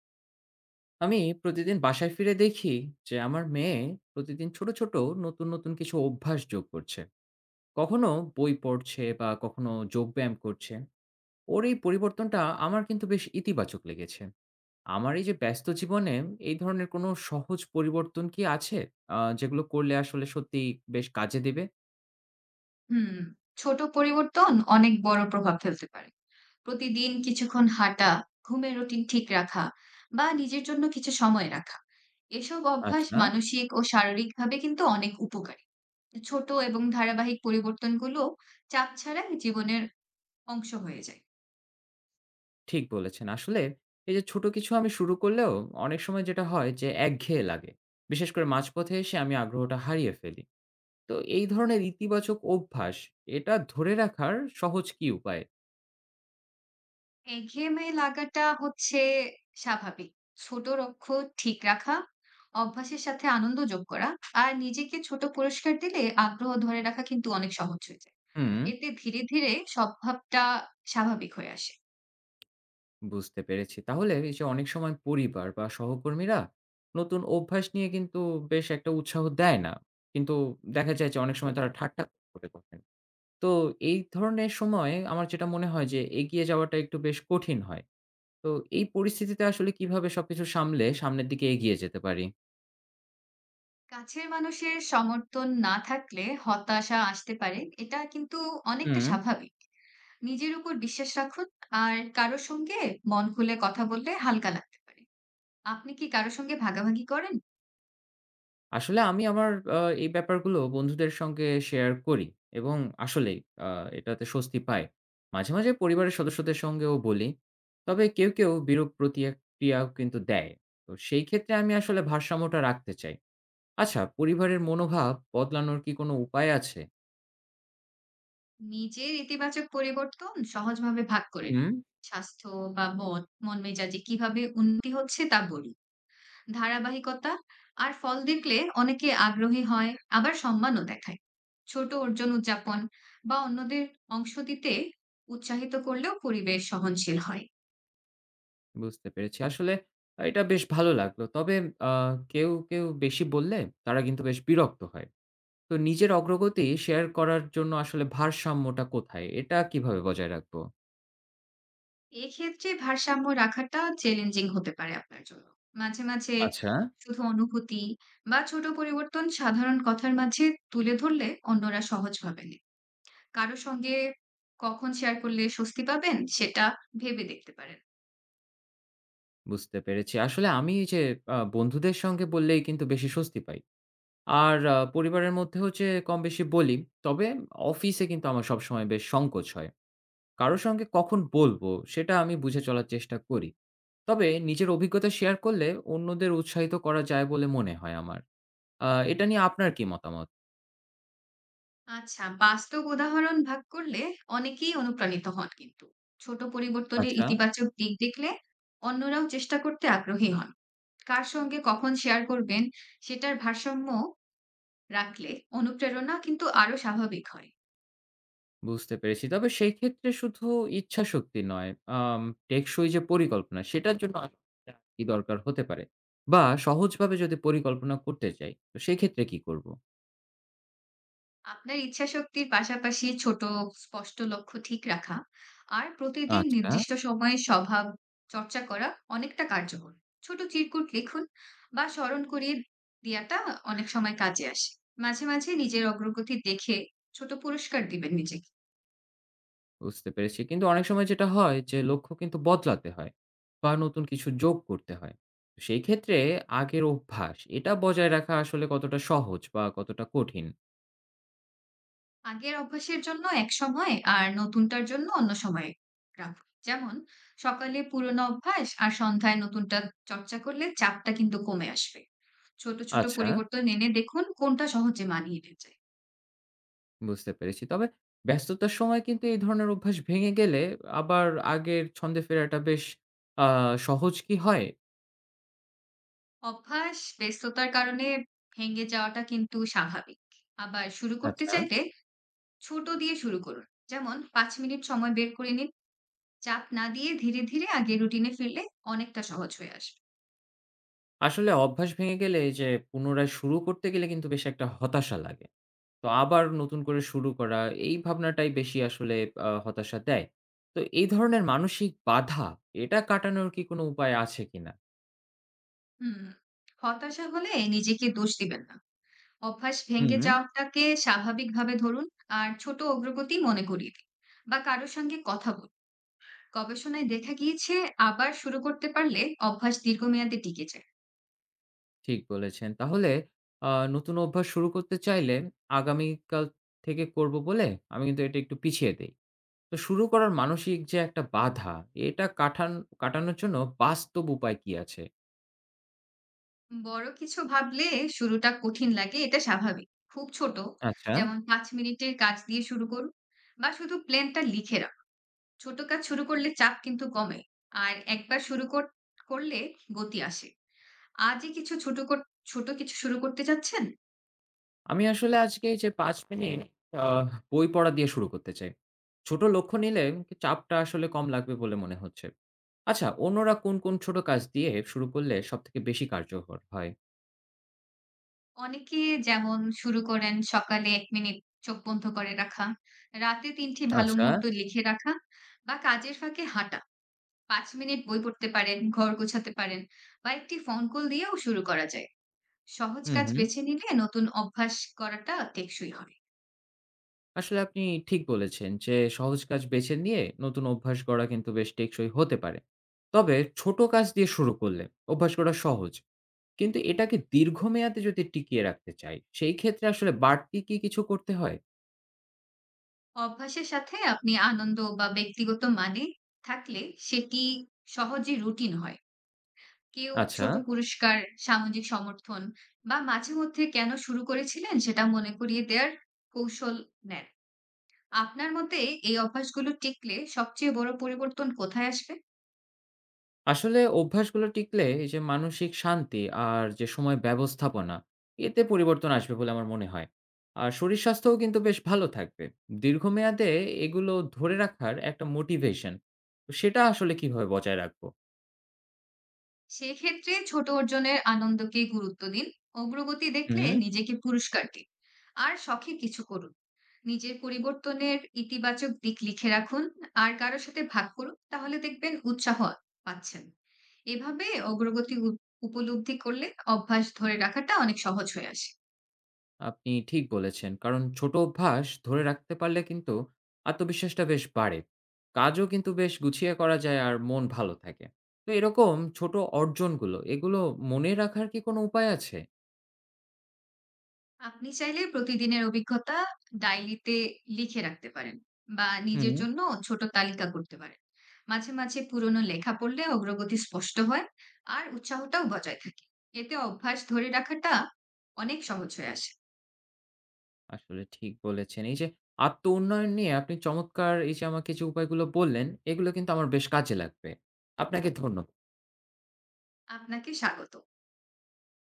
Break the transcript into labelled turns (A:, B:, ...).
A: আমি প্রতিদিন বাসায় ফিরে দেখি যে আমার মেয়ে প্রতিদিন ছোট ছোট নতুন নতুন কিছু অভ্যাস যোগ করছে, কখনো বই পড়ছে বা কখনো যোগব্যায়াম করছে। ওর এই পরিবর্তনটা আমার কিন্তু বেশ ইতিবাচক লেগেছে। আমার এই যে ব্যস্ত জীবনে এই ধরনের কোনো সহজ পরিবর্তন কি আছে, যেগুলো করলে আসলে সত্যি বেশ কাজে দেবে?
B: হুম, ছোট পরিবর্তন অনেক বড় প্রভাব ফেলতে পারে। প্রতিদিন কিছুক্ষণ হাঁটা, ঘুমের রুটিন ঠিক রাখা বা নিজের জন্য কিছু সময় রাখা। এসব অভ্যাস
A: আচ্ছা, না,
B: মানসিক ও শারীরিকভাবে কিন্তু অনেক উপকারী। ছোট এবং ধারাবাহিক পরিবর্তনগুলো চাপ ছাড়াই জীবনের অংশ হয়ে যায়।
A: ঠিক বলেছেন। আসলে এই যে ছোট কিছু আমি শুরু করলেও অনেক সময় যেটা হয় যে একঘেয়ে লাগে, বিশেষ করে মাঝপথে এসে আমি আগ্রহটা হারিয়ে ফেলি। তো এই ধরনের ইতিবাচক অভ্যাস এটা ধরে রাখার সহজ কি উপায়?
B: একঘেয়েমি লাগাটা হচ্ছে স্বাভাবিক। ছোট লক্ষ্য ঠিক রাখা, অভ্যাসের সাথে আনন্দ যোগ করা আর নিজেকে ছোট পুরস্কার দিলে আগ্রহ ধরে রাখা কিন্তু অনেক সহজ হয়ে যায়।
A: হুম।
B: এতে ধীরে, ধীরে স্বভাবটা স্বাভাবিক হয়ে আসে।
A: বুঝতে পেরেছি। তাহলে এই যে অনেক সময় পরিবার বা সহকর্মীরা নতুন অভ্যাস নিয়ে কিন্তু বেশ একটা উৎসাহ দেয় না। কিন্তু দেখা যায় যে অনেক সময় তারা ঠাট্টা করে বসেন। তো এই ধরনের সময়ে আমার যেটা মনে হয় যে এগিয়ে যাওয়াটা একটু বেশ কঠিন হয়। তো এই পরিস্থিতিতে আসলে কিভাবে সবকিছু সামলে সামনের দিকে এগিয়ে যেতে পারি?
B: কাছের মানুষের সমর্থন না থাকলে হতাশা আসতে পারে। এটা কিন্তু অনেকটা
A: হুম।
B: স্বাভাবিক। নিজের উপর বিশ্বাস রাখুন আর কারো সঙ্গে মন খুলে কথা বললে হালকা লাগতে পারে। আপনি কি কারো সঙ্গে ভাগাভাগি করেন?
A: আসলে আমি আমার আ এই ব্যাপারগুলো বন্ধুদের সঙ্গে শেয়ার করি, এবং আসলেই আ এটাতে স্বস্তি পাই। মাঝে, মাঝে পরিবারের সদস্যদের সঙ্গেও বলি। তবে কেউ, কেউ বিরূপ প্রতিক্রিয়াও কিন্তু দেয়। তো সেই ক্ষেত্রে আমি আসলে ভারসাম্যটা রাখতে চাই। আচ্ছা, পরিবারের মনোভাব বদলানোর কি কোনো উপায় আছে?
B: নিজের ইতিবাচক পরিবর্তন সহজভাবে ভাগ করে নিন।
A: হুম।
B: স্বাস্থ্য বা মন মেজাজে কিভাবে উন্নতি হচ্ছে তা বলি। ধারাবাহিকতা আর ফল দেখলে অনেকে আগ্রহী হয়, আবার সম্মানও দেখায়। ছোট অর্জন উদযাপন বা অন্যদের অংশ দিতে উৎসাহিত করলেও পরিবেশ সহনশীল হয়।
A: বুঝতে পেরেছি। আসলে এটা বেশ ভালো লাগলো। তবে আ কেউ, কেউ বেশি বললে তারা কিন্তু বেশ বিরক্ত হয়। তো নিজের অগ্রগতি শেয়ার করার জন্য আসলে ভারসাম্যটা কোথায়? এটা কিভাবে বজায় রাখবো?
B: এক্ষেত্রে ভারসাম্য রাখাটা চ্যালেঞ্জিং হতে পারে আপনার জন্য। মাঝে, মাঝে
A: আচ্ছা।
B: শুধু অনুভূতি বা ছোট পরিবর্তন সাধারণ কথার মাঝে তুলে ধরলে অন্যরা সহজ ভাবে কারো সঙ্গে কখন শেয়ার করলে স্বস্তি পাবেন, সেটা ভেবে দেখতে পারেন।
A: বুঝতে পেরেছি। আসলে আমি এই যে বন্ধুদের সঙ্গে বললেই কিন্তু বেশি স্বস্তি পাই। আর পরিবারের মধ্যেও যে কম-বেশি বলি, তবে অফিসে কিন্তু আমার সবসময় বেশ সংকোচ হয়। কারো সঙ্গে কখন বলবো সেটা আমি বুঝে চলার চেষ্টা করি। তবে নিজের অভিজ্ঞতা শেয়ার করলে অন্যদের উৎসাহিত করা যায় বলে মনে হয় আমার। এটা নিয়ে আপনার কি মতামত?
B: আচ্ছা, বাস্তব উদাহরণ ভাগ করলে অনেকেই অনুপ্রাণিত হন কিন্তু। ছোট পরিবর্তনের
A: আচ্ছা।
B: ইতিবাচক দিক দেখলে অন্যরাও চেষ্টা করতে আগ্রহী হন। কার সঙ্গে কখন শেয়ার করবেন, সেটার ভারসাম্য রাখলে অনুপ্রেরণা কিন্তু আরো স্বাভাবিক হয়।
A: বুঝতে পেরেছি। তবে সেই ক্ষেত্রে শুধু ইচ্ছাশক্তি নয়, আম টেকসই যে পরিকল্পনা সেটার জন্য আরেকটা কি দরকার হতে পারে? বা সহজভাবে যদি পরিকল্পনা করতে চাই, তো সেক্ষেত্রে কি করব?
B: আপনার ইচ্ছাশক্তির পাশাপাশি ছোট স্পষ্ট লক্ষ্য ঠিক রাখা আর প্রতিদিন
A: আচ্ছা,
B: নির্দিষ্ট সময়ে স্বভাব চর্চা করা অনেকটা কার্যকর। ছোট চিরকুট লিখুন বা স্মরণ করিয়ে দেয়াটা অনেক সময় কাজে আসে। মাঝে, মাঝে নিজের অগ্রগতি দেখে ছোট পুরস্কার দিবেন নিজেকে।
A: বুঝতে পেরেছি। কিন্তু অনেক সময় যেটা হয় যে লক্ষ্য কিন্তু বদলাতে হয় বা নতুন কিছু যোগ করতে হয়। তো সেই ক্ষেত্রে আগের অভ্যাস এটা বজায় রাখা আসলে কতটা সহজ বা কতটা কঠিন?
B: আগের অভ্যাসের জন্য এক সময় আর নতুনটার জন্য অন্য সময়ে রাখুন। যেমন সকালে পুরোনো অভ্যাস আর সন্ধ্যায় নতুনটা চর্চা করলে চাপটা কিন্তু কমে আসবে। ছোট, ছোট
A: আচ্ছা।
B: পরিবর্তন এনে দেখুন কোনটা সহজে মানিয়ে নিয়ে যায়।
A: বুঝতে পেরেছি। তবে ব্যস্ততার সময় কিন্তু এই ধরনের অভ্যাস ভেঙে গেলে আবার আগের ছন্দে ফেরাটা বেশ আ সহজ কি হয়?
B: অভ্যাস ব্যস্ততার কারণে ভেঙে যাওয়াটা কিন্তু স্বাভাবিক। আবার শুরু করতে
A: আচ্ছা।
B: চাইলে ছোট দিয়ে শুরু করুন। যেমন ৫ মিনিট সময় বের করে নিন। চাপ না দিয়ে ধীরে, ধীরে আগের রুটিনে ফিরলে অনেকটা সহজ হয়ে আসবে।
A: আসলে অভ্যাস ভেঙে গেলে এই যে পুনরায় শুরু করতে গেলে কিন্তু বেশ একটা হতাশা লাগে। তো আবার নতুন করে শুরু করা এই ভাবনাটাই বেশি আসলে হতাশা দেয়। তো এই ধরনের মানসিক বাধা এটা কাটানোর কি কোনো উপায় আছে কিনা?
B: হুম, হতাশা হলে নিজেকে দোষ দিবেন না। অভ্যাস
A: হুম।
B: ভেঙে যাওয়াটাকে স্বাভাবিকভাবে ধরুন আর ছোট অগ্রগতি মনে করিয়ে দিন বা কারোর সঙ্গে কথা বলুন। গবেষণায় দেখা গিয়েছে আবার শুরু করতে পারলে অভ্যাস দীর্ঘমেয়াদে টিকে যায়।
A: ঠিক বলেছেন। তাহলে নতুন অভ্যাস শুরু করতে চাইলে আগামীকাল থেকে করব বলে আমি কিন্তু এটা একটু পিছিয়ে দেই। তো শুরু করার মানসিক যে একটা বাধা, এটা কাটানোর জন্য বাস্তব উপায় কি আছে?
B: বড় কিছু ভাবলে শুরুটা কঠিন লাগে, এটা স্বাভাবিক। খুব ছোট,
A: আচ্ছা,
B: যেমন পাঁচ মিনিটের কাজ দিয়ে শুরু করুন বা শুধু প্ল্যানটা লিখে রাখুন। ছোট কাজ শুরু করলে চাপ কিন্তু কমে আর একবার করলে গতি আসে। আজই কিছু ছোট কিছু শুরু করতে চাচ্ছেন?
A: আমি আসলে আজকে এই যে ৫ মিনিট আ বই পড়া দিয়ে শুরু করতে চাই। ছোট লক্ষ্য নিলে চাপটা আসলে কম লাগবে বলে মনে হচ্ছে। আচ্ছা, অন্যরা কোন, কোন ছোট কাজ দিয়ে শুরু করলে সবথেকে বেশি কার্যকর হয়?
B: অনেকে যেমন শুরু করেন সকালে ১ মিনিট চোখ বন্ধ করে রাখা, রাতে ৩ টি ভালো
A: আচ্ছা।
B: মুহূর্ত লিখে রাখা বা কাজের ফাঁকে হাঁটা। ৫ মিনিট বই পড়তে পারেন, ঘর গোছাতে পারেন বা একটি ফোন কল দিয়েও শুরু করা যায়। সহজ
A: হু,
B: কাজ
A: হু।
B: বেছে নিলে নতুন অভ্যাস করাটা টেকসই হয়।
A: আসলে আপনি ঠিক বলেছেন যে সহজ কাজ বেছে নিয়ে নতুন অভ্যাস গড়া কিন্তু বেশ টেকসই হতে পারে। তবে ছোট কাজ দিয়ে শুরু করলে অভ্যাস গড়া সহজ, কিন্তু এটাকে দীর্ঘমেয়াদে যদি টিকিয়ে রাখতে চাই সেই ক্ষেত্রে আসলে বাড়তি কি কিছু করতে হয়?
B: অভ্যাসের সাথে আপনি আনন্দ বা ব্যক্তিগত মানে থাকলে সেটি সহজে রুটিন হয়। কেউ
A: আচ্ছা,
B: ছোট পুরস্কার, সামাজিক সমর্থন বা মাঝে মধ্যে কেন শুরু করেছিলেন সেটা মনে করিয়ে দেওয়ার কৌশল নেন। আপনার মতে এই অভ্যাসগুলো টিকলে সবচেয়ে বড় পরিবর্তন কোথায় আসবে?
A: আসলে অভ্যাসগুলো টিকলে এই যে মানসিক শান্তি আর যে সময় ব্যবস্থাপনা, এতে পরিবর্তন আসবে বলে আমার মনে হয়। আর শরীর স্বাস্থ্যও কিন্তু বেশ ভালো থাকবে দীর্ঘমেয়াদে। এগুলো ধরে রাখার একটা মোটিভেশন, সেটা আসলে কিভাবে বজায় রাখবো?
B: সেক্ষেত্রে ছোট অর্জনের আনন্দকে গুরুত্ব দিন, অগ্রগতি দেখলে
A: হুম।
B: নিজেকে পুরস্কার দিন, আর শখে কিছু করুন। নিজের পরিবর্তনের ইতিবাচক দিক লিখে রাখুন, আর কারো সাথে ভাগ করুন, তাহলে দেখবেন উৎসাহ পাচ্ছেন। এভাবে অগ্রগতি উপলব্ধি করলে অভ্যাস ধরে রাখাটা অনেক সহজ হয়ে আসে।
A: আপনি ঠিক বলেছেন। কারণ ছোট অভ্যাস ধরে রাখতে পারলে কিন্তু আত্মবিশ্বাসটা বেশ বাড়ে। কাজও কিন্তু বেশ গুছিয়ে করা যায় আর মন ভালো থাকে। তো এরকম ছোট অর্জনগুলো এগুলো মনে রাখার কি কোনো উপায় আছে?
B: আপনি চাইলে প্রতিদিনের অভিজ্ঞতা ডায়েরিতে লিখে রাখতে পারেন বা নিজের
A: হুম,
B: জন্য ছোট তালিকা করতে পারেন। মাঝে মাঝে পুরনো লেখা পড়লে অগ্রগতি স্পষ্ট হয় আর উৎসাহটাও বজায় থাকে। এতে অভ্যাস ধরে রাখাটা অনেক সহজ হয়ে আসে।
A: আসলে ঠিক বলেছেন। এই যে আত্ম-উন্নয়ন নিয়ে আপনি চমৎকার এই যে আমাকে যে উপায়গুলো বললেন, এগুলো কিন্তু আমার বেশ কাজে লাগবে। আপনাকে ধন্য
B: আপনাকে স্বাগত।